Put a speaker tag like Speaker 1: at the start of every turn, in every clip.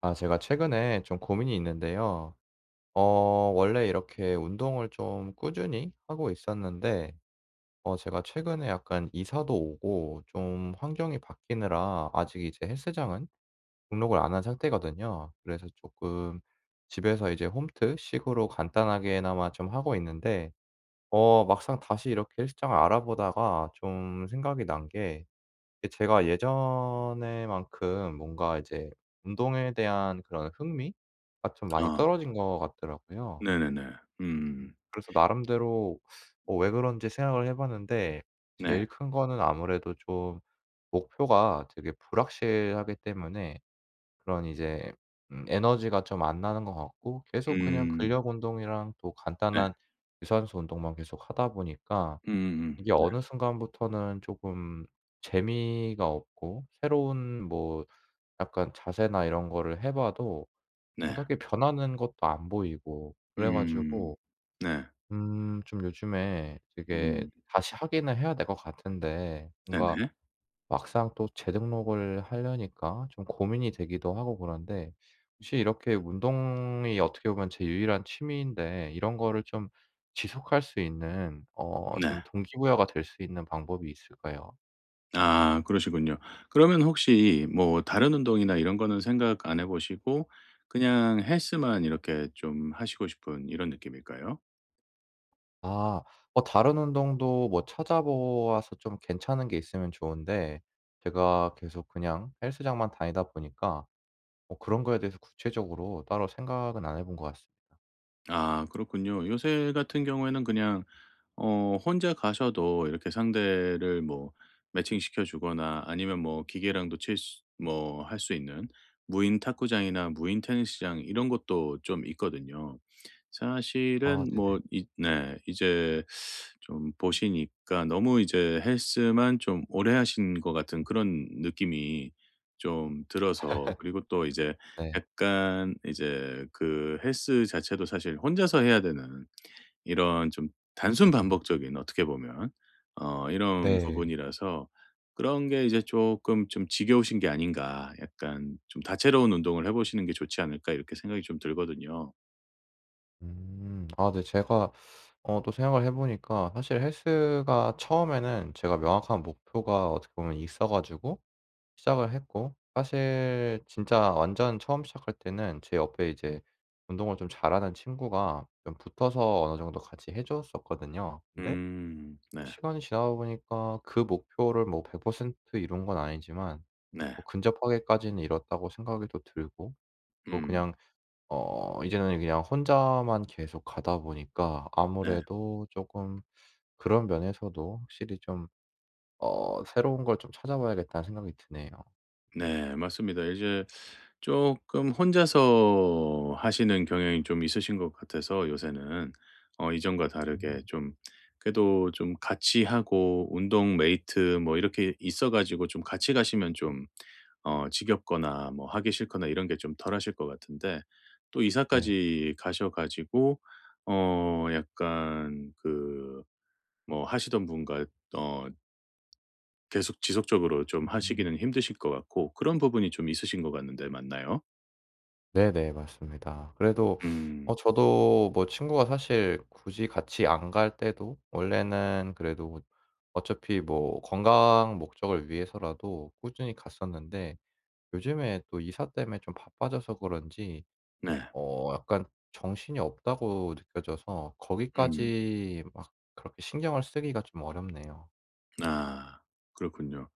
Speaker 1: 아, 제가 최근에 좀 고민이 있는데요. 원래 이렇게 운동을 좀 꾸준히 하고 있었는데, 제가 최근에 약간 이사도 오고 좀 환경이 바뀌느라 아직 이제 헬스장은 등록을 안 한 상태거든요. 그래서 조금 집에서 이제 홈트 식으로 간단하게나마 좀 하고 있는데, 막상 다시 이렇게 헬스장을 알아보다가 좀 생각이 난 게, 예, 제가 예전에만큼 뭔가 이제 운동에 대한 그런 흥미가 좀 많이
Speaker 2: 아
Speaker 1: 떨어진 것 같더라고요.
Speaker 2: 네네네. 음.
Speaker 1: 그래서 나름대로 왜 그런지 생각을 해 봤는데,
Speaker 2: 네.
Speaker 1: 제일 큰 거는 아무래도 좀 목표가 되게 불확실하기 때문에 그런 이제 에너지가 좀 안 나는 것 같고, 계속 그냥
Speaker 2: 음.
Speaker 1: 근력 운동이랑 또
Speaker 2: 네.
Speaker 1: 간단한 유산소 운동만 계속 하다 보니까
Speaker 2: 음
Speaker 1: 이게
Speaker 2: 음
Speaker 1: 어느 순간부터는 조금 재미가 없고, 새로운 뭐 약간 자세나 이런 거를 해 봐도
Speaker 2: 네.
Speaker 1: 어떻게 변하는 것도 안 보이고 그래
Speaker 2: 음.
Speaker 1: 가지고,
Speaker 2: 네.
Speaker 1: 좀 요즘에 되게
Speaker 2: 음.
Speaker 1: 다시 하기는 해야 될 것 같은데, 뭔가
Speaker 2: 네네.
Speaker 1: 막상 또 재등록을 하려니까 좀 고민이 되기도 하고 그런데, 혹시 이렇게 운동이 어떻게 보면 제 유일한 취미인데 이런 거를 좀 지속할 수 있는
Speaker 2: 네.
Speaker 1: 좀 동기부여가 될 수 있는 방법이 있을까요?
Speaker 2: 아 그러시군요. 그러면 혹시 뭐 다른 운동이나 이런 거는 생각 안 해 보시고 그냥 헬스만 이렇게 좀 하시고 싶은 이런 느낌일까요?
Speaker 1: 아. 다른 운동도 뭐 찾아 보아서 좀 괜찮은 게 있으면 좋은데, 제가 계속 그냥 헬스장만 다니다 보니까 뭐 그런 거에 대해서 구체적으로 따로 생각은 안 해본 것 같습니다.
Speaker 2: 아 그렇군요. 요새 같은 경우에는 그냥 어 혼자 가셔도 이렇게 상대를 뭐 매칭시켜 주거나 아니면 뭐 기계랑도 칠 수 뭐 할 수 있는 무인 탁구장이나 무인 테니스장 이런 것도 좀 있거든요.
Speaker 1: 아
Speaker 2: 사실은
Speaker 1: 네네.
Speaker 2: 뭐 이 네 이제 좀 보시니까 너무 이제 헬스만 좀 오래 하신 것 같은 그런 느낌이 좀 들어서 그리고 또 이제
Speaker 1: 네.
Speaker 2: 약간 이제 그 헬스 자체도 사실 혼자서 해야 되는 이런 좀 단순
Speaker 1: 음.
Speaker 2: 반복적인 어떻게 보면 어 이런
Speaker 1: 네.
Speaker 2: 부분이라서 '그런 게 이제 조금 좀 지겨우신 게 아닌가. 약간 좀 다채로운 운동을 해 보시는 게 좋지 않을까.' 이렇게 생각이 좀 들거든요.
Speaker 1: 음. 아 네. 제가 또 생각을 해 보니까, 사실 헬스가 처음에는 제가 명확한 목표가 어떻게 보면 있어 가지고 시작을 했고, 사실 진짜 완전 처음 시작할 때는 제 옆에 이제 운동을 좀 잘하는 친구가 좀 붙어서 어느 정도 같이 해 줬었거든요. 근데
Speaker 2: 음. 네.
Speaker 1: 시간이 지나다 보니까 그 목표를 뭐 100% 이룬 건 아니지만
Speaker 2: 네.
Speaker 1: 뭐 근접하게까지는 이뤘다고 생각이 또 들고, 또
Speaker 2: 음.
Speaker 1: 그냥 이제는 그냥 혼자만 계속 가다 보니까
Speaker 2: 네.
Speaker 1: 아무래도 조금 그런 면에서도 확실히 좀 '새로운 걸 좀 찾아봐야겠다.'는 생각이 드네요.
Speaker 2: 네 맞습니다. 이제 조금 혼자서 하시는 경향이 좀 있으신 것 같아서 요새는 어 이전과
Speaker 1: 음.
Speaker 2: 다르게 좀 그래도 좀 같이 하고 운동 메이트 뭐 이렇게 있어 가지고 좀 같이 가시면 좀 어 지겹거나 뭐 하기 싫거나 이런 게 좀 덜하실 것 같은데 또
Speaker 1: 네.
Speaker 2: 이사까지 가셔 가지고 어 약간 그 뭐 하시던 분과 어 계속 지속적으로 좀
Speaker 1: 음.
Speaker 2: 하시기는 힘드실 것 같고 그런 부분이 좀 있으신 것 같는데 맞나요?
Speaker 1: 네네. 맞습니다. 그래도
Speaker 2: 음.
Speaker 1: 저도 뭐 친구가 사실 굳이 같이 안 갈 때도 원래는 그래도 어차피 뭐 건강 목적을 위해서라도 꾸준히 갔었는데, 요즘에 또 이사 때문에 좀 바빠져서 그런지
Speaker 2: 네.
Speaker 1: 약간 정신이 없다고 느껴져서
Speaker 2: 음.
Speaker 1: 거기까지 막 그렇게 신경을 쓰기가 좀 어렵네요.
Speaker 2: 아. 그렇군요.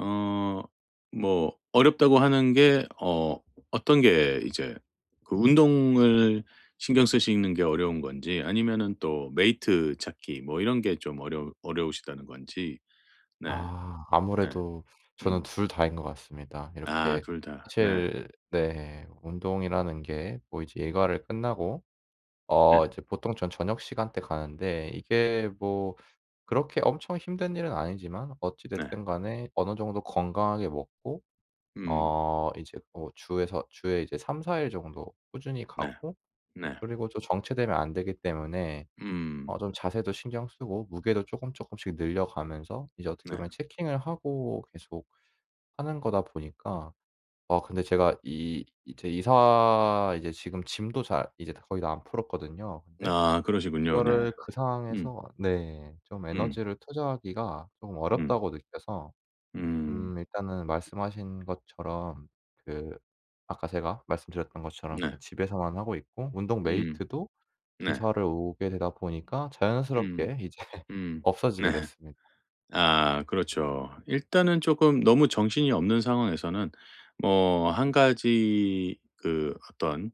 Speaker 2: 어 뭐 어렵다고 하는 게 어 어떤 게 이제 그 운동을 신경 쓰시는 게 어려운 건지 아니면은 또 메이트 찾기 뭐 이런 게 좀 어려우시다는 건지. 네.
Speaker 1: 아,
Speaker 2: 네.
Speaker 1: 아무래도 저는
Speaker 2: 음.
Speaker 1: 둘 다인 것 같습니다.
Speaker 2: 아
Speaker 1: 이렇게
Speaker 2: 2 다. 네.
Speaker 1: 사실, 네, 운동이라는 게 뭐 이제 일과를 끝나고
Speaker 2: 네.
Speaker 1: 이제 보통 전 저녁 시간대 가는데, 이게 뭐 그렇게 엄청 힘든 일은 아니지만 어찌
Speaker 2: 네.
Speaker 1: 됐든 간에 어느 정도 건강하게 먹고
Speaker 2: 음.
Speaker 1: 이제 뭐 주에서 주에 이제 3-4일 정도 꾸준히
Speaker 2: 네.
Speaker 1: 가고,
Speaker 2: 네.
Speaker 1: 그리고 또 정체되면 안 되기 때문에
Speaker 2: 음.
Speaker 1: 좀 자세도 신경 쓰고 무게도 쪼끔 쪼끔씩 늘려가면서 이제 어떻게
Speaker 2: 네.
Speaker 1: 보면 체킹을 하고 계속 하는 거다 보니까. 근데 제가 이 이제 이사 이제 지금 짐도 잘 이제 다 거의 다 안 풀었거든요. 근데
Speaker 2: 아 그러시군요. 네.
Speaker 1: 이거를 그
Speaker 2: 음.
Speaker 1: 상황에서, 네, 좀
Speaker 2: 음.
Speaker 1: 에너지를 투자하기가 쪼금
Speaker 2: 음.
Speaker 1: 어렵다고 느껴서
Speaker 2: 음.
Speaker 1: 일단은 말씀하신 것처럼, 그 아까 제가 말씀드렸던 것처럼
Speaker 2: 네.
Speaker 1: 그냥 집에서만 하고 있고 운동
Speaker 2: 음.
Speaker 1: 메이트도
Speaker 2: 네.
Speaker 1: 이사를 오게 되다 보니까
Speaker 2: 음.
Speaker 1: 자연스럽게 이제
Speaker 2: 음.
Speaker 1: 없어지게
Speaker 2: 네.
Speaker 1: 됐습니다.
Speaker 2: 아 그렇죠. 일단은 쪼끔 너무 정신이 없는 상황에서는 뭐 한 가지 그 어떤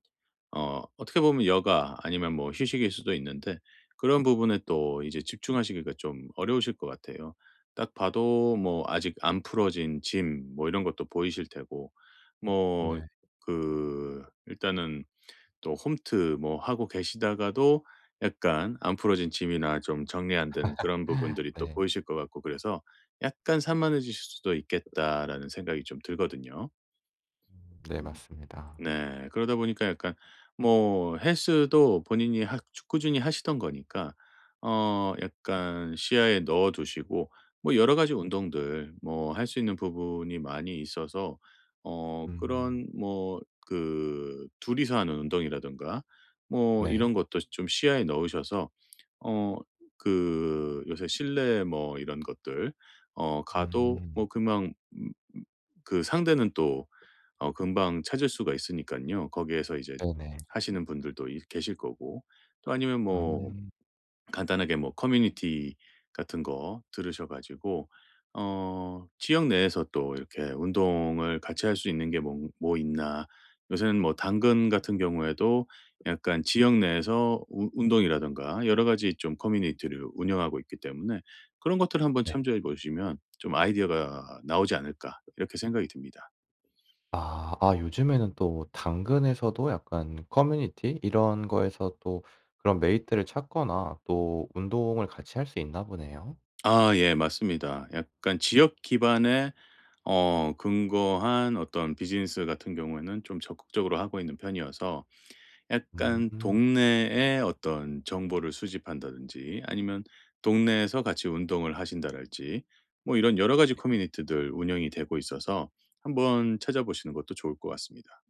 Speaker 2: 어 어떻게 보면 여가 아니면 뭐 휴식일 수도 있는데 그런 부분에 또 이제 집중하시기가 좀 어려우실 것 같아요. 딱 봐도 뭐 아직 안 풀어진 짐 뭐 이런 것도 보이실 테고
Speaker 1: 네.
Speaker 2: 뭐 그 일단은 또 홈트 뭐 하고 계시다가도 약간 안 풀어진 짐이나 좀 정리 안 된 그런 부분들이 또
Speaker 1: 네.
Speaker 2: 보이실 것 같고 그래서 약간 산만해지실 수도 있겠다라는 생각이 좀 들거든요.
Speaker 1: 네
Speaker 2: 음.
Speaker 1: 맞습니다.
Speaker 2: 네. 그러다 보니까 약간 뭐 헬스도 본인이 하 꾸준히 하시던 거니까 어 약간 시야에 넣어 두시고 뭐 여러 가지 운동들 뭐 할 수 있는 부분이 많이 있어서 어
Speaker 1: 음
Speaker 2: 그런 뭐 그 둘이서 하는 운동이라든가 뭐
Speaker 1: 네.
Speaker 2: 이런 것도 좀 시야에 넣으셔서 어 그 요새 실내 뭐 이런 것들 어 가도
Speaker 1: 음
Speaker 2: 뭐 금방 그 상대는 또 어 금방 찾을 수가 있으니까요 거기에서 이제
Speaker 1: 네네.
Speaker 2: 하시는 분들도 이 계실 거고 또 아니면 뭐
Speaker 1: 음
Speaker 2: 간단하게 뭐 커뮤니티 같은 거 들으셔 가지고 어 지역 내에서 또 이렇게 운동을 같이 할 수 있는 게 뭐 뭐 있나. 요새는 뭐 당근 같은 경우에도 약간 지역 내에서 운 운동이라든가 여러 가지 좀 커뮤니티를 운영하고 있기 때문에 그런 것들을 한번
Speaker 1: 네.
Speaker 2: 참조해 보시면 좀 '아이디어가 나오지 않을까.' 이렇게 생각이 듭니다.
Speaker 1: 아 아, 요즘에는 또 당근에서도 약간 커뮤니티 이런 거에서 또 그런 메이트를 찾거나 또 운동을 같이 할 수 있나 보네요.
Speaker 2: 아 예 맞습니다. 약간 지역 기반에 어 근거한 어떤 비즈니스 같은 경우에는 좀 적극적으로 하고 있는 편이어서 약간
Speaker 1: 음.
Speaker 2: 동네의 어떤 정보를 수집한다든지 아니면 동네에서 같이 운동을 하신다랄지 뭐 이런 여러 가지 커뮤니티들 운영이 되고 있어서 한번 찾아보시는 것도 좋을 것 같습니다.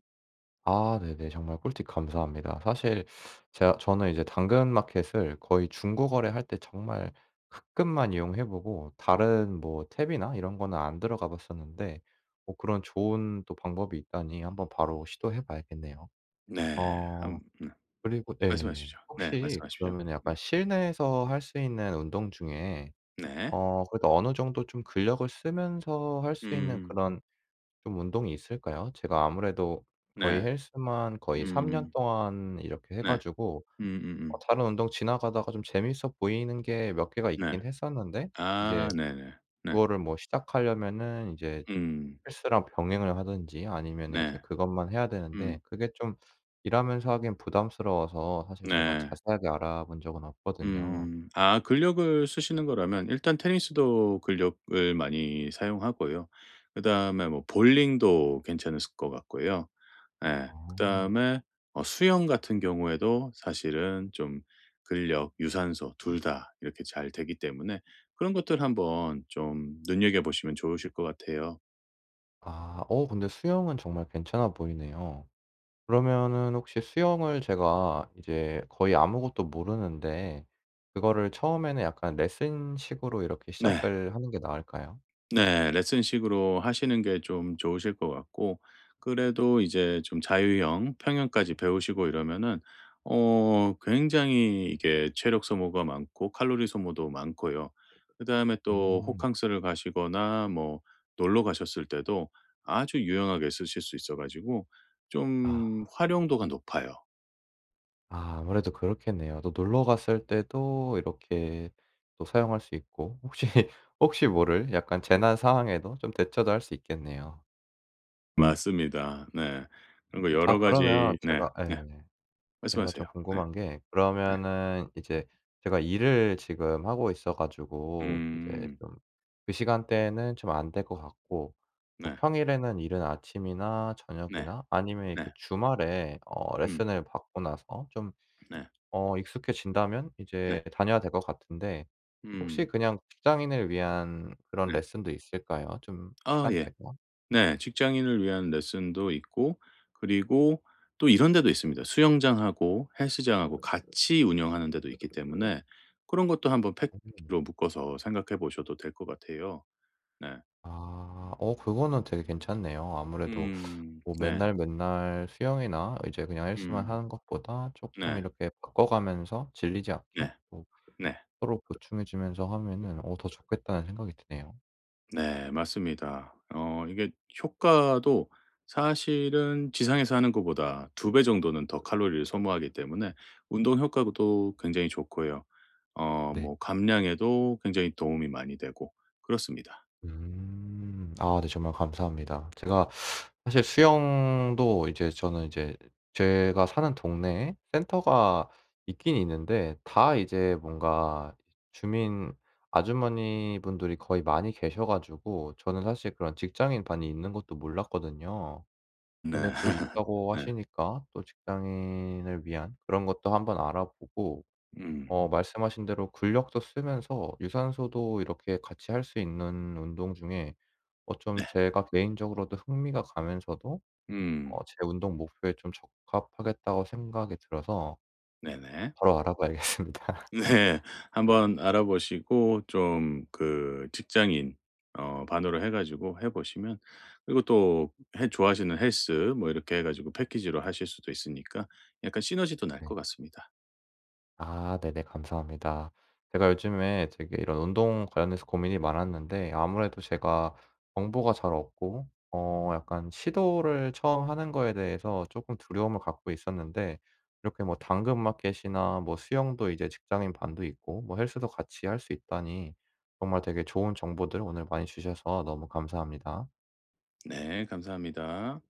Speaker 1: 아 네네. 정말 꿀팁 감사합니다. 사실 제가, 저는 이제 당근마켓을 거의 중고 거래할 때 정말 가끔만 이용해 보고 다른 뭐 탭이나 이런 거는 안 들어가 봤었는데, 뭐 그런 좋은 또 방법이 있다니 한번 바로 시도해 봐야겠네요.
Speaker 2: 네.
Speaker 1: 어
Speaker 2: 한- 음
Speaker 1: 그리고, 네,
Speaker 2: 말씀하시죠. 네 말씀
Speaker 1: 혹시
Speaker 2: 하시
Speaker 1: 그러
Speaker 2: 죠
Speaker 1: 면
Speaker 2: 네.
Speaker 1: 약간 실내에서 할 수 있는 운동 중에
Speaker 2: 네.
Speaker 1: 그래도 어느 정도 좀 근력을 쓰면서 할 수 있는
Speaker 2: 음.
Speaker 1: 그런 좀 운동이 있을까요? 제가 아무래도 거의
Speaker 2: 네.
Speaker 1: 헬스만 거의 3년
Speaker 2: 음.
Speaker 1: 동안 이렇게 해
Speaker 2: 네.
Speaker 1: 가지고
Speaker 2: 음음음.
Speaker 1: 다른 운동 지나가다가 좀 재밌어 보이는 게 몇 개가
Speaker 2: 네.
Speaker 1: 있긴 했었는데,
Speaker 2: 아
Speaker 1: 이제
Speaker 2: 네네. 네.
Speaker 1: 그거를 뭐 시작하려면은 이제
Speaker 2: 음.
Speaker 1: 헬스랑 병행을 하든지 아니면은 이제
Speaker 2: 네.
Speaker 1: 그것만 해야
Speaker 2: 음.
Speaker 1: 되는데 그게 좀 일하면서 하긴 부담스러워서 사실 제가
Speaker 2: 네.
Speaker 1: 자세하게 알아본 적은 없거든요.
Speaker 2: 음. 아 근력을 쓰시는 거라면 일단 테니스도 근력을 많이 사용하고요. 그다음에 뭐 볼링도 괜찮을 것 같고요. 예.
Speaker 1: 어.
Speaker 2: 그다음에 어 수영 같은 경우에도 사실은 좀 근력, 유산소 둘 다 이렇게 잘 되기 때문에 그런 것들 한번 좀 눈여겨 보시면 좋으실 것 같아요.
Speaker 1: 아. 근데 수영은 정말 괜찮아 보이네요. 그러면은 혹시 수영을 제가 이제 거의 아무것도 모르는데, 그거를 처음에는 약간 레슨식으로 이렇게
Speaker 2: 네.
Speaker 1: 시작을 하는 게 나을까요?
Speaker 2: 네. 레슨식으로 하시는 게 좀 좋으실 것 같고 그래도 이제 좀 자유형, 평형까지 배우시고 이러면은 어 굉장히 이게 체력 소모가 많고 칼로리 소모도 많고요. 그다음에 또
Speaker 1: 음.
Speaker 2: 호캉스를 가시거나 뭐 놀러 가셨을 때도 아주 유용하게 쓰실 수 있어 가지고
Speaker 1: 아.
Speaker 2: 좀 활용도가 높아요.
Speaker 1: 아 아무래도 그렇겠네요. 또 놀러 갔을 때도 이렇게 또 사용할 수 있고, 혹시 혹시 모를 약간 재난 상황에도 좀 대처도 할 수 있겠네요.
Speaker 2: 맞습니다. 네. 그리고 여러
Speaker 1: 아 그러면
Speaker 2: 가지 네.
Speaker 1: 제가,
Speaker 2: 네.
Speaker 1: 예, 제가
Speaker 2: 말씀하세요.
Speaker 1: 좀
Speaker 2: 네.
Speaker 1: 궁금한 게
Speaker 2: 네.
Speaker 1: 그러면은 이제 제가 일을 지금 하고 있어 가지고 이제, 네,
Speaker 2: 음.
Speaker 1: 좀 그 시간대에는 좀 안 될 것 같고 뭐
Speaker 2: 네.
Speaker 1: 평일에는 이른 아침이나
Speaker 2: 네.
Speaker 1: 저녁이나 아니면 이렇게
Speaker 2: 네.
Speaker 1: 주말에
Speaker 2: 음.
Speaker 1: 레슨을 받고 나서 좀
Speaker 2: 네.
Speaker 1: 익숙해진다면
Speaker 2: 네.
Speaker 1: 이제 다녀야 될 것 같은데, 혹시
Speaker 2: 음.
Speaker 1: 그냥 직장인을 위한 그런
Speaker 2: 네.
Speaker 1: 레슨도 있을까요? 좀
Speaker 2: 아 예.
Speaker 1: 시간대가?
Speaker 2: 네. 직장인을 위한 레슨도 있고 그리고 또 이런 데도 있습니다. 수영장하고 헬스장하고 같이 운영하는 데도 있기 때문에 그런 것도 한번
Speaker 1: 음.
Speaker 2: 패키지로 묶어서 생각해 보셔도 될 것 같아요. 네.
Speaker 1: 아. 그거는 되게 괜찮네요. 아무래도
Speaker 2: 음.
Speaker 1: 뭐
Speaker 2: 네.
Speaker 1: 맨날 맨날 수영이나 이제 그냥 헬스만
Speaker 2: 음.
Speaker 1: 하는 것보다 쪼끔
Speaker 2: 네.
Speaker 1: 이렇게 바꿔가면서 질리지 않게
Speaker 2: 네.
Speaker 1: 또
Speaker 2: 네.
Speaker 1: 서로 보충해 주면서 하면은 더 좋겠다는 생각이 드네요.
Speaker 2: 네 맞습니다. 어 이게 효과도 사실은 지상에서 하는 것보다 두 배 정도는 더 칼로리를 소모하기 때문에 운동 효과도 굉장히 좋고요. 어
Speaker 1: 네.
Speaker 2: 뭐 감량에도 굉장히 도움이 많이 되고 그렇습니다.
Speaker 1: 음. 아 네 정말 감사합니다. 제가 사실 수영도 이제, 저는 이제 제가 사는 동네에 센터가 있긴 있는데 다 이제 뭔가 주민 아주머니 분들이 거의 많이 계셔 가지고 저는 사실 그런 직장인 반이 있는 것도 몰랐거든요. 근데
Speaker 2: 네.
Speaker 1: 또 있다고
Speaker 2: 네.
Speaker 1: 하시니까 또 직장인을 위한 그런 것도 한번 알아보고,
Speaker 2: 음.
Speaker 1: 말씀하신 대로 근력도 쓰면서 유산소도 이렇게 같이 할 수 있는 운동 중에 좀 제가 개인적으로도 흥미가 가면서도
Speaker 2: 음.
Speaker 1: 제 운동 목표에 좀 적합하겠다고 생각이 들어서
Speaker 2: 네네.
Speaker 1: 바로 알아봐야겠습니다.
Speaker 2: 네. 한번 알아보시고 좀 그 직장인 어 반으로 해 가지고 해 보시면 그리고 또 좋아하시는 헬스 뭐 이렇게 해 가지고 패키지로 하실 수도 있으니까 약간 시너지도 날 것
Speaker 1: 네.
Speaker 2: 같습니다.
Speaker 1: 아 네네. 감사합니다. 제가 요즘에 되게 이런 운동 관련해서 고민이 많았는데, 아무래도 제가 정보가 잘 없고 약간 시도를 처음 하는 거에 대해서 조금 두려움을 갖고 있었는데, 이렇게 뭐 당근마켓이나 뭐 수영도 이제 직장인 반도 있고 뭐 헬스도 같이 할 수 있다니 정말 되게 좋은 정보들 오늘 많이 주셔서 너무 감사합니다.
Speaker 2: 네. 감사합니다.